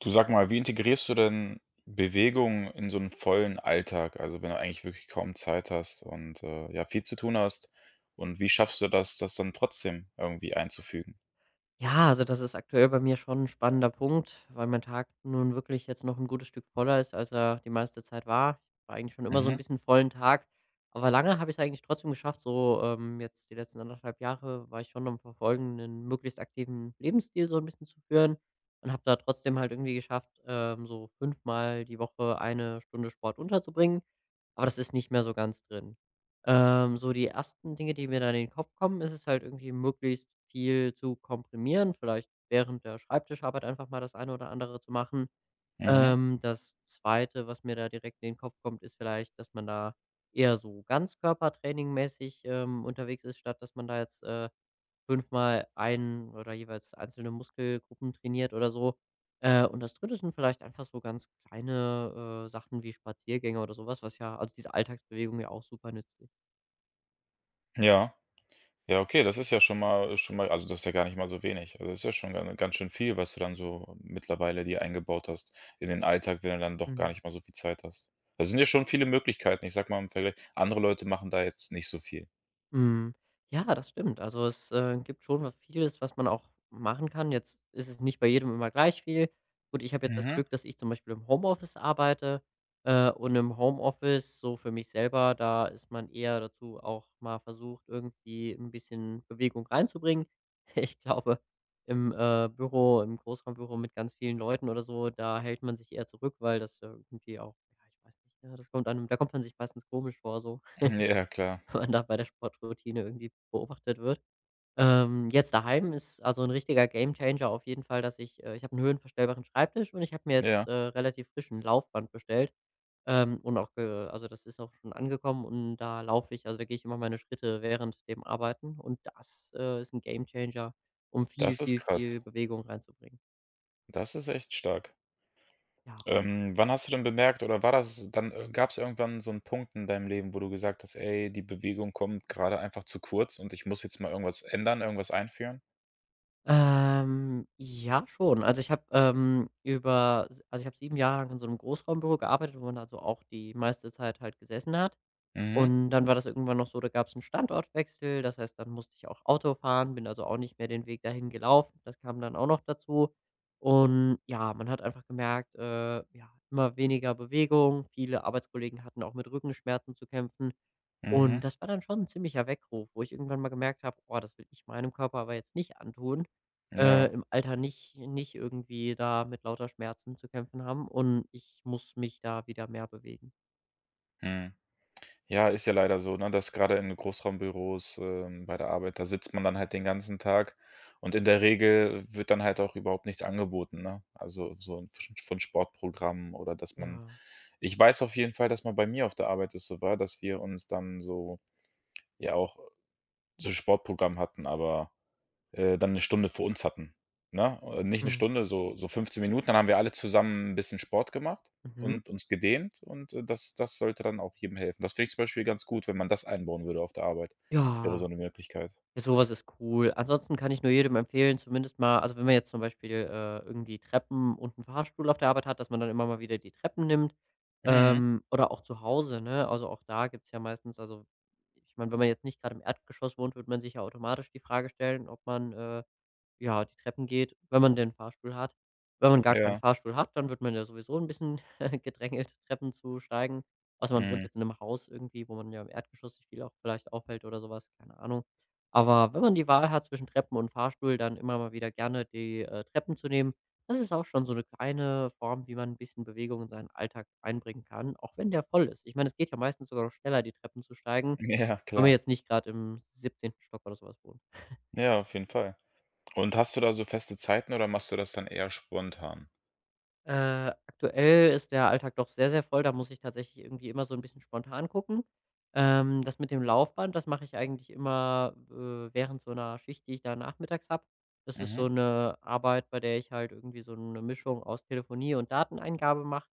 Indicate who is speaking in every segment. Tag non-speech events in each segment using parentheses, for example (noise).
Speaker 1: Du sag mal, wie integrierst du denn Bewegung in so 'n vollen Alltag? Also, wenn du eigentlich wirklich kaum Zeit hast und, ja, viel zu tun hast und wie schaffst du das, das dann trotzdem irgendwie einzufügen?
Speaker 2: Ja, also das ist aktuell bei mir schon ein spannender Punkt, weil mein Tag nun wirklich jetzt noch ein gutes Stück voller ist, als er die meiste Zeit war. Ich war eigentlich schon immer so ein
Speaker 1: Mhm,
Speaker 2: bisschen vollen Tag, aber lange habe ich es eigentlich trotzdem geschafft. So, jetzt die letzten anderthalb Jahre war ich schon am Verfolgen, 'nen möglichst aktiven Lebensstil so ein bisschen zu führen und habe da trotzdem halt irgendwie geschafft, so fünfmal die Woche eine Stunde Sport unterzubringen. Aber das ist nicht mehr so ganz drin. So die ersten Dinge, die mir dann in den Kopf kommen, ist es halt irgendwie möglichst viel zu komprimieren, vielleicht während der Schreibtischarbeit einfach mal das eine oder andere zu machen.
Speaker 1: mhm.
Speaker 2: Das Zweite, was mir da direkt in den Kopf kommt, ist vielleicht, dass man da eher so ganzkörpertrainingmäßig unterwegs ist, statt dass man da jetzt fünfmal einen oder jeweils einzelne Muskelgruppen trainiert oder so. Und das Dritte sind vielleicht einfach so ganz kleine Sachen wie Spaziergänge oder sowas, was ja, also diese Alltagsbewegung ja auch super nützlich.
Speaker 1: Ja. Ja, okay, das ist ja schon mal also, das ist ja gar nicht mal so wenig. Also, das ist ja schon ganz schön viel, was du dann so mittlerweile dir eingebaut hast in den Alltag, wenn du dann doch gar
Speaker 2: Mhm.
Speaker 1: nicht mal so viel Zeit hast. Da sind ja schon viele Möglichkeiten. Ich sage mal im Vergleich, andere Leute machen da jetzt nicht so viel.
Speaker 2: Mhm. Ja, das stimmt. Also, es, gibt schon was vieles, was man auch machen kann. Jetzt ist es nicht bei jedem immer gleich viel. Gut, ich habe jetzt das
Speaker 1: Mhm.
Speaker 2: Glück, dass ich zum Beispiel im Homeoffice arbeite, und im Homeoffice so für mich selber, da ist man eher dazu auch mal versucht, irgendwie ein bisschen Bewegung reinzubringen. (laughs) Ich glaube, im Büro im Großraumbüro mit ganz vielen Leuten oder so, da hält man sich eher zurück, weil das ja irgendwie auch ja, ich weiß nicht, ja, das kommt einem da kommt man sich meistens komisch vor so.
Speaker 1: Ja, klar.
Speaker 2: (laughs) Wenn man da bei der Sportroutine irgendwie beobachtet wird. Jetzt daheim ist also ein richtiger Gamechanger auf jeden Fall. Dass ich Ich habe einen höhenverstellbaren Schreibtisch und ich habe mir jetzt,
Speaker 1: Ja,
Speaker 2: relativ frischen Laufband bestellt, und auch ge also, das ist auch schon angekommen und da gehe ich immer meine Schritte während dem Arbeiten und das, ist ein Gamechanger, um viel,
Speaker 1: das ist
Speaker 2: viel,
Speaker 1: krass.
Speaker 2: viel Bewegung reinzubringen.
Speaker 1: Das ist echt stark.
Speaker 2: Ja.
Speaker 1: Wann hast du denn bemerkt oder war das dann gab es irgendwann so einen Punkt in deinem Leben, wo du gesagt hast: „Ey, die Bewegung kommt gerade einfach zu kurz und ich muss jetzt mal irgendwas ändern, irgendwas einführen?“
Speaker 2: Ja, schon. Also also ich habe 7 Jahre lang in so einem Großraumbüro gearbeitet, wo man also auch die meiste Zeit halt gesessen hat.
Speaker 1: Mhm,
Speaker 2: Und dann war das irgendwann noch so, da gab es einen Standortwechsel. Das heißt, dann musste ich auch Auto fahren, bin also auch nicht mehr den Weg dahin gelaufen. Das kam dann auch noch dazu. Und ja, man hat einfach gemerkt, ja, immer weniger Bewegung. Viele Arbeitskollegen hatten auch mit Rückenschmerzen zu kämpfen. Und
Speaker 1: mhm,
Speaker 2: das war dann schon ein ziemlicher Weckruf, wo ich irgendwann mal gemerkt habe: „Oh, das will ich meinem Körper aber jetzt nicht antun,
Speaker 1: ja,
Speaker 2: im Alter nicht irgendwie da mit lauter Schmerzen zu kämpfen haben und ich muss mich da wieder mehr bewegen.“
Speaker 1: mhm. Ja, ist ja leider so, ne, dass gerade in Großraumbüros, bei der Arbeit, da sitzt man dann halt den ganzen Tag und in der Regel wird dann halt auch überhaupt nichts angeboten, ne? Also, so 'n von Sportprogrammen oder dass man
Speaker 2: Ja.
Speaker 1: ich weiß auf jeden Fall, dass mal bei mir auf der Arbeit es so war, dass wir uns dann so ja auch so ein Sportprogramm hatten, aber, dann eine Stunde für uns hatten, ne? Nicht eine
Speaker 2: Mhm.
Speaker 1: Stunde, so 15 Minuten, dann haben wir alle zusammen ein bisschen Sport gemacht
Speaker 2: Mhm.
Speaker 1: und uns gedehnt und, das sollte dann auch jedem helfen. Das finde ich zum Beispiel ganz gut, wenn man das einbauen würde auf der Arbeit. Das wäre so
Speaker 2: Ja.
Speaker 1: eine Möglichkeit.
Speaker 2: Ja, so was ist cool. Ansonsten kann ich nur jedem empfehlen, zumindest mal also, wenn man jetzt zum Beispiel, irgendwie Treppen und einen Fahrstuhl auf der Arbeit hat, dass man dann immer mal wieder die Treppen nimmt,
Speaker 1: Mhm.
Speaker 2: oder auch zu Hause, ne? Also, auch da gibt's ja meistens also, ich meine, wenn man jetzt nicht gerade im Erdgeschoss wohnt, wird man sich ja automatisch die Frage stellen, ob man, ja, die Treppen geht, wenn man den Fahrstuhl hat. Wenn man gar keinen
Speaker 1: Ja.
Speaker 2: Fahrstuhl hat, dann wird man ja sowieso ein bisschen (laughs) gedrängelt, Treppen zu steigen. Also man wohnt
Speaker 1: Mhm.
Speaker 2: jetzt in einem Haus irgendwie, wo man ja im Erdgeschoss sich viel auch vielleicht aufhält oder sowas, keine Ahnung. Aber wenn man die Wahl hat zwischen Treppen und Fahrstuhl, dann immer mal wieder gerne die, Treppen zu nehmen. Das ist auch schon so eine kleine Form, wie man ein bisschen Bewegung in seinen Alltag einbringen kann, auch wenn der voll ist. Ich meine, es geht ja meistens sogar noch schneller, die Treppen zu steigen,
Speaker 1: (laughs) Ja,
Speaker 2: wenn man
Speaker 1: klar.
Speaker 2: jetzt nicht gerade im 17. Stock oder sowas was wohnt.
Speaker 1: Ja, auf jeden Fall. Und hast du da so feste Zeiten oder machst du das dann eher spontan?
Speaker 2: Aktuell ist der Alltag doch sehr, sehr voll. Da muss ich tatsächlich irgendwie immer so ein bisschen spontan gucken. Das mit dem Laufband, das mache ich eigentlich immer, während so einer Schicht, die ich da nachmittags habe. Das ist so
Speaker 1: Mhm.
Speaker 2: eine Arbeit, bei der ich halt irgendwie so eine Mischung aus Telefonie und Dateneingabe mache.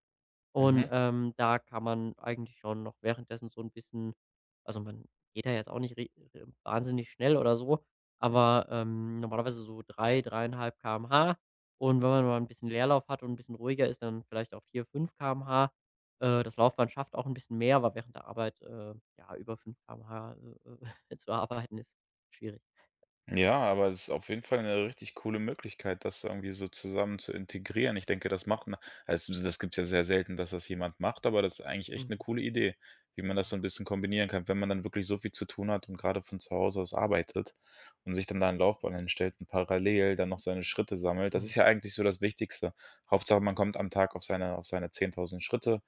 Speaker 2: Und,
Speaker 1: Mhm.
Speaker 2: da kann man eigentlich schon noch währenddessen so ein bisschen also, man geht da jetzt auch nicht ri wahnsinnig schnell oder so, aber, normalerweise so 3 3,5 km/h. Und wenn man mal ein bisschen Leerlauf hat und ein bisschen ruhiger ist, dann vielleicht auch 4, 5 km/h. Das Laufband schafft auch ein bisschen mehr, aber während der Arbeit, ja, über 5 km/h, (laughs) zu arbeiten ist schwierig.
Speaker 1: Ja, aber es ist auf jeden Fall eine richtig coole Möglichkeit, das irgendwie so zusammen zu integrieren. Ich denke, das macht also, das gibt's ja sehr selten, dass das jemand macht, aber das ist eigentlich echt eine coole Idee, wie man das so ein bisschen kombinieren kann, wenn man dann wirklich so viel zu tun hat und gerade von zu Hause aus arbeitet und sich dann da 'n Laufband hinstellt und parallel dann noch seine Schritte sammelt. Das
Speaker 2: Mhm.
Speaker 1: ist ja eigentlich so das Wichtigste. Hauptsache, man kommt am Tag auf seine 10.000 Schritte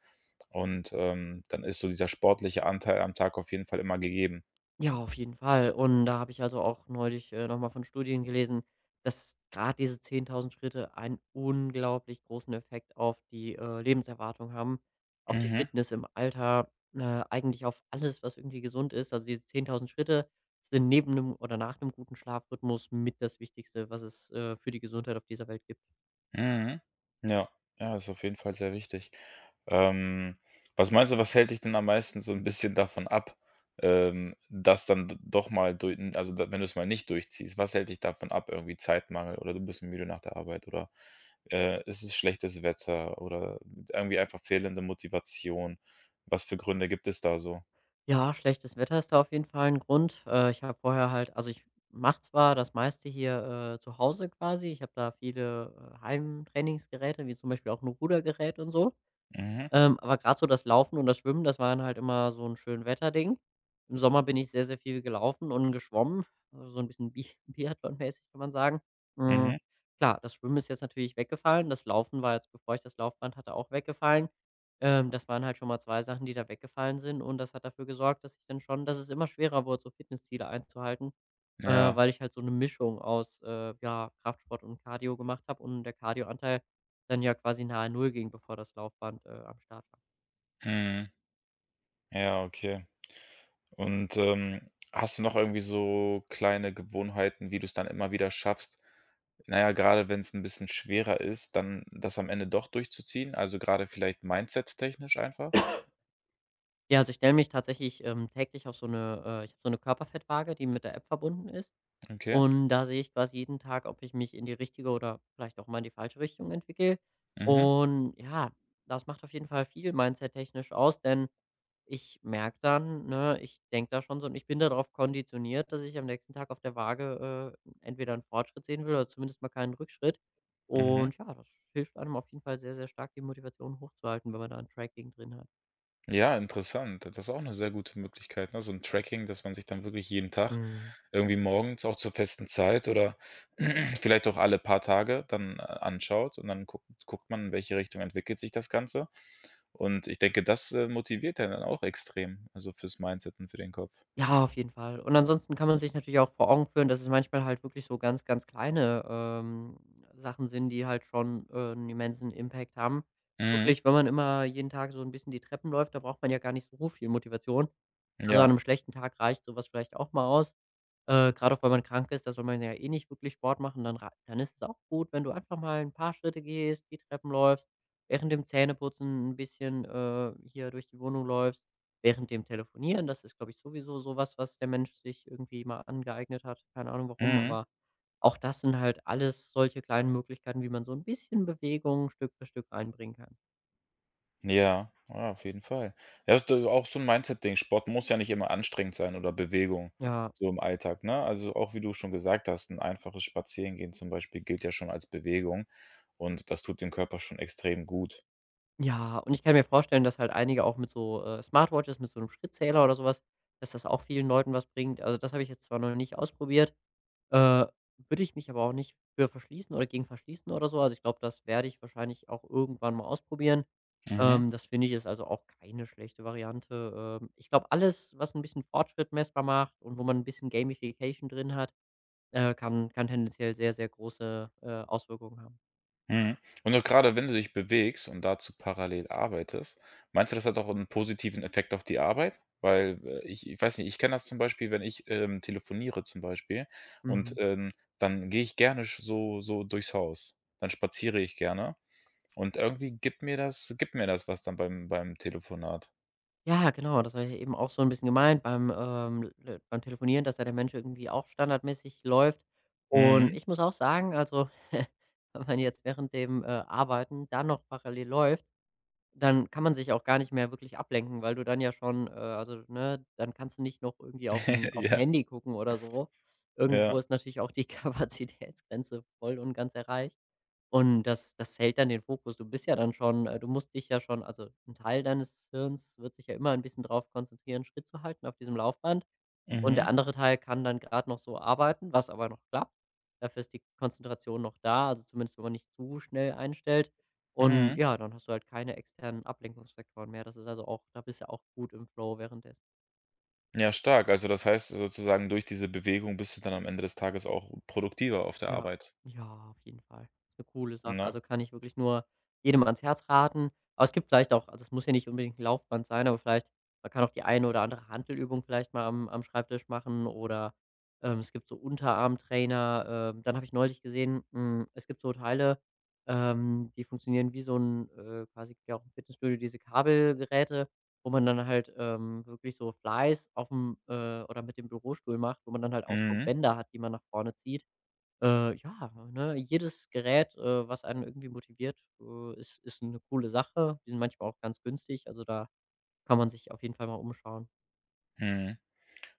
Speaker 1: und, dann ist so dieser sportliche Anteil am Tag auf jeden Fall immer gegeben.
Speaker 2: Ja, auf jeden Fall. Und da habe ich also auch neulich nochmal von Studien gelesen, dass gerade diese 10.000 Schritte einen unglaublich großen Effekt auf die Lebenserwartung haben, auf die
Speaker 1: Mhm.
Speaker 2: Fitness im Alter, eigentlich auf alles, was irgendwie gesund ist. Also diese 10.000 Schritte sind neben einem oder nach einem guten Schlafrhythmus mit das Wichtigste, was es für die Gesundheit auf dieser Welt gibt.
Speaker 1: Mhm. Ja, ja, ist auf jeden Fall sehr wichtig. Ähm, Was meinst du, was hält dich denn am meisten so ein bisschen davon ab, das dann d doch mal du n also, da wenn du es mal nicht durchziehst, was hält dich davon ab? Irgendwie Zeitmangel oder du bist müde nach der Arbeit oder, ist es ist schlechtes Wetter oder irgendwie einfach fehlende Motivation? Was für Gründe gibt es da so?
Speaker 2: Ja, schlechtes Wetter ist da auf jeden Fall ein Grund. Ich habe vorher halt also, ich mache zwar das meiste hier, zu Hause quasi. Ich habe da viele, Heimtrainingsgeräte, wie zum Beispiel auch ein Rudergerät und so.
Speaker 1: Mhm,
Speaker 2: Aber gerade so das Laufen und das Schwimmen, das waren halt immer so 'n Schönwetterding. Im Sommer bin ich sehr, sehr viel gelaufen und geschwommen, also so 'n bisschen Bi (laughs) Biathlon-mäßig, kann man sagen. Hm,
Speaker 1: mhm,
Speaker 2: klar, das Schwimmen ist jetzt natürlich weggefallen. Das Laufen war jetzt, bevor ich das Laufband hatte, auch weggefallen. Das waren halt schon mal 2 Sachen, die da weggefallen sind und das hat dafür gesorgt, dass ich dann schon dass es immer schwerer wurde, so Fitnessziele einzuhalten,
Speaker 1: ja,
Speaker 2: weil ich halt so eine Mischung aus, ja, Kraftsport und Cardio gemacht habe und der Cardioanteil dann ja quasi nahe Null ging, bevor das Laufband, am Start war.
Speaker 1: mhm, ja, okay. Und, hast du noch irgendwie so kleine Gewohnheiten, wie du es dann immer wieder schaffst na ja, wenn es ein bisschen schwerer ist, dann das am Ende doch durchzuziehen? Also, gerade vielleicht mindset-technisch einfach?
Speaker 2: Ja, also ich stelle mich tatsächlich, täglich ich habe so eine Körperfettwaage, die mit der App verbunden ist.
Speaker 1: Okay.
Speaker 2: Und da sehe ich quasi jeden Tag, ob ich mich in die richtige oder vielleicht auch mal in die falsche Richtung entwickle.
Speaker 1: Mhm.
Speaker 2: Und ja, das macht auf jeden Fall viel mindsettechnisch aus, denn ich merke dann, ne, ich denke da schon so und ich bin darauf konditioniert, dass ich am nächsten Tag auf der Waage entweder einen Fortschritt sehen will oder zumindest mal keinen Rückschritt.
Speaker 1: Mhm.
Speaker 2: Und ja, das hilft einem auf jeden Fall sehr, sehr stark, die Motivation hochzuhalten, wenn man da ein Tracking drin
Speaker 1: Ja, interessant. Das ist auch eine sehr gute Möglichkeit, ne? So 'n Tracking, dass man sich dann wirklich jeden Tag
Speaker 2: hat.
Speaker 1: irgendwie morgens auch zur festen Zeit oder (clears throat) vielleicht auch alle paar Tage dann, anschaut und dann guckt man, in welche Richtung entwickelt sich das Ganze. Und ich denke, das, motiviert einen dann auch extrem, also, fürs Mindset und für den Kopf.
Speaker 2: Ja, auf jeden Fall. Und ansonsten kann man sich natürlich auch vor Augen führen, dass es manchmal halt wirklich so ganz, ganz kleine, Sachen sind, die halt schon, 'n immensen Impact haben.
Speaker 1: Mhm.
Speaker 2: Wirklich, wenn man immer jeden Tag so ein bisschen die Treppen läuft, da braucht man ja gar nicht so viel Motivation. Also, an
Speaker 1: Ja.
Speaker 2: einem schlechten Tag reicht sowas vielleicht auch mal aus. Grad auch wenn man krank ist, da soll man ja eh nicht wirklich Sport machen, dann ist es auch gut, wenn du einfach mal ein paar Schritte gehst, die Treppen läufst, während dem Zähneputzen ein bisschen, hier durch die Wohnung läufst, während dem Telefonieren. Das ist, glaube ich, sowieso sowas, was der Mensch sich irgendwie mal angeeignet hat. Keine Ahnung warum,
Speaker 1: Mhm.
Speaker 2: aber auch das sind halt alles solche kleinen Möglichkeiten, wie man so ein bisschen Bewegung Stück für Stück reinbringen kann.
Speaker 1: Ja, ja, auf jeden Fall. Ja, ist d auch so 'n Mindset-Ding. Sport muss ja nicht immer anstrengend sein oder Bewegung
Speaker 2: Ja.
Speaker 1: so im Alltag, ne? Also, auch wie du schon gesagt hast, 'n einfaches Spazierengehen zum Beispiel gilt ja schon als Bewegung und das tut dem Körper schon extrem gut.
Speaker 2: Ja, und ich kann mir vorstellen, dass halt einige auch mit so, Smartwatches, mit so einem Schrittzähler oder sowas, dass das auch vielen Leuten was bringt. Also, das habe ich jetzt zwar noch nicht ausprobiert, äh, würde ich mich aber auch nicht für verschließen oder gegen verschließen oder so. Also, ich glaube, das werde ich wahrscheinlich auch irgendwann mal ausprobieren.
Speaker 1: Mhm.
Speaker 2: Das finde ich ist also auch keine schlechte Variante. Ich glaube, alles, was ein bisschen Fortschritt messbar macht und wo man ein bisschen Gamification drin hat, kann tendenziell sehr, sehr große, Auswirkungen haben.
Speaker 1: Mhm. Und auch grade, wenn du dich bewegst und dazu parallel arbeitest, meinst du, das hat auch einen positiven Effekt auf die Arbeit? Weil, ich weiß nicht, ich kenne das zum Beispiel, wenn ich, telefoniere zum Beispiel und,
Speaker 2: Mhm.
Speaker 1: dann gehe ich gerne sch so durchs Haus. Dann spaziere ich gerne und irgendwie gibt mir das was dann beim Telefonat.
Speaker 2: Ja, genau, das war ja eben auch so ein bisschen gemeint beim Telefonieren, dass da der Mensch irgendwie auch standardmäßig läuft. Und
Speaker 1: Mhm.
Speaker 2: ich muss auch sagen, also, (laughs) wenn man jetzt während dem Arbeiten dann noch parallel läuft, dann kann man sich auch gar nicht mehr wirklich ablenken, weil du dann ja schon, also, ne, dann kannst du nicht noch irgendwie auf 'n
Speaker 1: (laughs)
Speaker 2: auf 'n
Speaker 1: Ja,
Speaker 2: Handy gucken oder so. Irgendwo
Speaker 1: ja.
Speaker 2: ist natürlich auch die (laughs) Kapazitätsgrenze voll und ganz erreicht. Und das hält dann den Fokus. Du bist ja dann schon du musst dich ja schon, also ein Teil deines Hirns wird sich ja immer ein bisschen drauf konzentrieren, Schritt zu halten auf diesem Laufband, und der
Speaker 1: Mhm,
Speaker 2: andere Teil kann dann gerade noch so arbeiten, was aber noch klappt. Dafür ist die Konzentration noch da, also zumindest, wenn man nicht zu schnell einstellt. Und
Speaker 1: mhm.
Speaker 2: ja, dann hast du halt keine externen Ablenkungsfaktoren mehr. Das ist, also auch da bist du auch gut im Flow währenddessen.
Speaker 1: Ja, stark. Also, das heißt sozusagen, durch diese Bewegung bist du dann am Ende des Tages auch produktiver auf der
Speaker 2: Ja,
Speaker 1: Arbeit,
Speaker 2: ja, auf jeden Fall. Ist eine coole Sache.
Speaker 1: ne?
Speaker 2: Also, kann ich wirklich nur jedem ans Herz raten. Aber es gibt vielleicht auch, also es muss ja nicht unbedingt ein Laufband sein, aber vielleicht man kann auch die eine oder andere Hantelübung vielleicht mal am Schreibtisch machen, oder es gibt so Unterarmtrainer. Dann habe ich neulich gesehen, hm, es gibt so Teile, die funktionieren wie so ein quasi, gibt ja auch im Fitnessstudio diese Kabelgeräte, wo man dann halt, wirklich so Flies aufm, oder mit dem Bürostuhl macht, wo man dann halt auch so
Speaker 1: Mhm.
Speaker 2: Bänder hat, die man nach vorne zieht. Ja, ne, jedes Gerät, was einen irgendwie motiviert, ist 'ne coole Sache. Die sind manchmal auch ganz günstig, also da kann man sich auf jeden Fall mal umschauen.
Speaker 1: Mhm.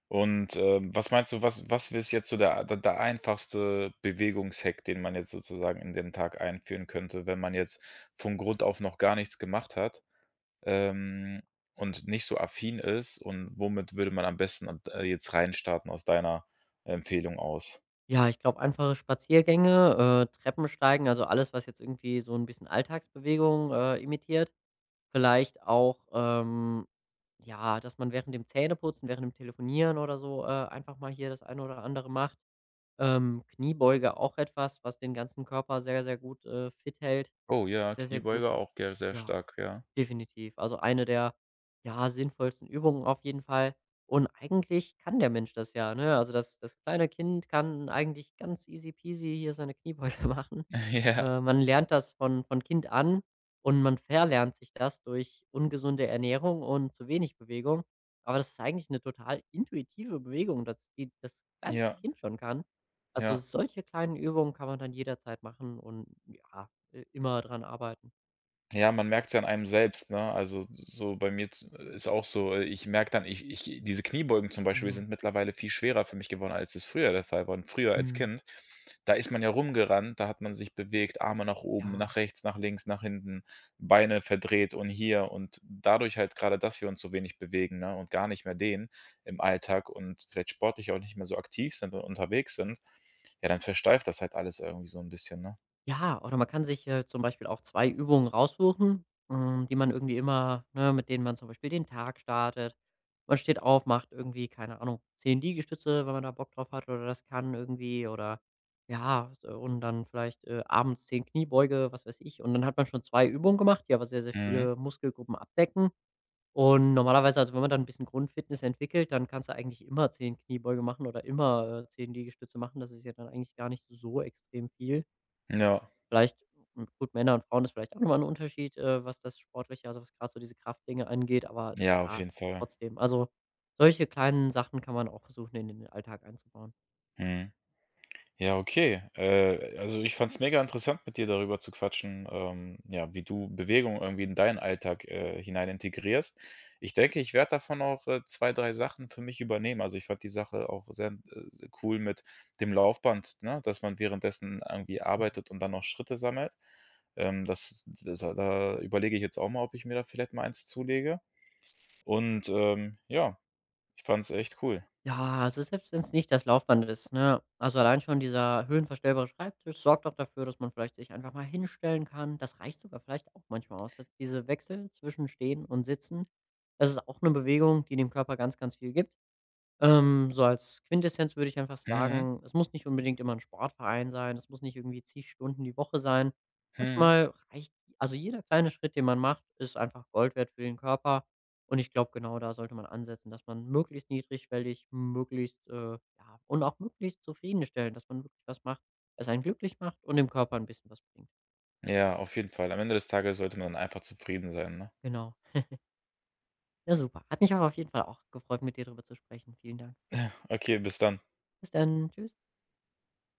Speaker 1: Und, was meinst du, was ist jetzt so der einfachste Bewegungshack, den man jetzt sozusagen in den Tag einführen könnte, wenn man jetzt von Grund auf noch gar nichts gemacht hat, ähm, und nicht so affin ist und womit würde man am besten und, jetzt reinstarten aus deiner Empfehlung aus?
Speaker 2: Ja, ich glaube, einfache Spaziergänge, Treppensteigen, also alles, was jetzt irgendwie so ein bisschen Alltagsbewegung imitiert. Vielleicht auch ja, dass man während dem Zähneputzen, während dem Telefonieren oder so, einfach mal hier das eine oder andere macht. Kniebeuge, auch etwas, was den ganzen Körper sehr, sehr gut, fit hält,
Speaker 1: Oh ja,
Speaker 2: sehr, sehr gut,
Speaker 1: Kniebeuge auch, gell, sehr
Speaker 2: ja.
Speaker 1: stark, ja.
Speaker 2: Definitiv. Also eine der, ja, sinnvollsten Übungen auf jeden Fall. Und eigentlich kann der Mensch das ja, ne? Also das kleine Kind kann eigentlich ganz easy peasy hier seine Kniebeuge (laughs) machen.
Speaker 1: (laughs) Ja,
Speaker 2: Man lernt das von Kind an, und man verlernt sich das durch ungesunde Ernährung und zu wenig Bewegung. Aber das ist eigentlich eine total intuitive Bewegung, dass die das kleinste
Speaker 1: ja,
Speaker 2: Kind schon kann. Also
Speaker 1: ja.
Speaker 2: solche kleinen Übungen kann man dann jederzeit machen, und ja, immer dran arbeiten.
Speaker 1: Ja, man merkt's ja an einem selbst, ne? Also, so bei mir z ist auch so, ich merke dann, ich diese Kniebeugen zum Beispiel
Speaker 2: Mhm.
Speaker 1: sind mittlerweile viel schwerer für mich geworden, als es früher der Fall war. Und früher als
Speaker 2: Mhm.
Speaker 1: Kind, da ist man ja rumgerannt, da hat man sich bewegt, Arme nach
Speaker 2: Ja.
Speaker 1: oben, nach rechts, nach links, nach hinten, Beine verdreht und hier und dadurch halt gerade, dass wir uns so wenig bewegen, ne, und gar nicht mehr dehnen im Alltag und vielleicht sportlich auch nicht mehr so aktiv sind und unterwegs sind, ja, dann versteift das halt alles irgendwie so ein bisschen, ne?
Speaker 2: Ja, oder man kann sich zum Beispiel auch 2 Übungen raussuchen, hm, die man irgendwie immer, ne, mit denen man zum Beispiel den Tag startet. Man steht auf, macht irgendwie, keine Ahnung, 10 Liegestütze, wenn man da Bock drauf hat oder das kann irgendwie, oder ja, so, und dann vielleicht abends 10 Kniebeuge, was weiß ich. Und dann hat man schon 2 Übungen gemacht, die aber sehr, sehr
Speaker 1: Mhm.
Speaker 2: viele Muskelgruppen abdecken. Und normalerweise, also wenn man dann ein bisschen Grundfitness entwickelt, dann kannst du eigentlich immer 10 Kniebeuge machen oder immer, 10 Liegestütze machen. Das ist ja dann eigentlich gar nicht so extrem viel.
Speaker 1: Ja.
Speaker 2: Vielleicht, hm, gut, Männer und Frauen ist vielleicht auch noch mal 'n Unterschied, was das Sportliche, also was gerade so diese Kraftdinge angeht, aber
Speaker 1: Ja, auf
Speaker 2: ja,
Speaker 1: jeden Fall.
Speaker 2: trotzdem. Also, solche kleinen Sachen kann man auch versuchen, in den Alltag einzubauen.
Speaker 1: Mhm. Ja, okay. Also ich fand's mega interessant, mit dir darüber zu quatschen, ja, wie du Bewegung irgendwie in deinen Alltag, hinein integrierst. Ich denke, ich werde davon auch, 2, 3 Sachen für mich übernehmen. Also, ich fand die Sache auch sehr, sehr cool mit dem Laufband, ne, dass man währenddessen irgendwie
Speaker 2: Mhm.
Speaker 1: arbeitet und dann noch Schritte sammelt. Das da überlege ich jetzt auch mal, ob ich mir da vielleicht mal eins zulege. Und, ja, ich fand's echt cool.
Speaker 2: Ja, also selbst wenn es nicht das Laufband ist, ne? Also, allein schon dieser höhenverstellbare Schreibtisch sorgt auch dafür, dass man vielleicht sich einfach mal hinstellen kann. Das reicht sogar vielleicht auch manchmal aus, dass diese Wechsel zwischen Stehen und Sitzen, das ist auch eine Bewegung, die dem Körper ganz, ganz viel gibt. So als Quintessenz würde ich einfach
Speaker 1: Mhm,
Speaker 2: sagen, es muss nicht unbedingt immer ein Sportverein sein, es muss nicht irgendwie zig Stunden die Woche sein.
Speaker 1: mhm.
Speaker 2: Manchmal reicht, also jeder kleine Schritt, den man macht, ist einfach Gold wert für den Körper. Und ich glaube, genau da sollte man ansetzen, dass man möglichst niedrigschwellig, möglichst, ja, und auch möglichst zufriedenstellend, dass man wirklich was macht, was einen glücklich macht und dem Körper ein bisschen was bringt.
Speaker 1: Ja, auf jeden Fall. Am Ende des Tages sollte man einfach zufrieden sein, ne?
Speaker 2: Genau. Ja, super. Hat mich auch auf jeden Fall auch gefreut, mit dir darüber zu sprechen. Vielen Dank.
Speaker 1: Okay, bis dann.
Speaker 2: Bis dann. Tschüss.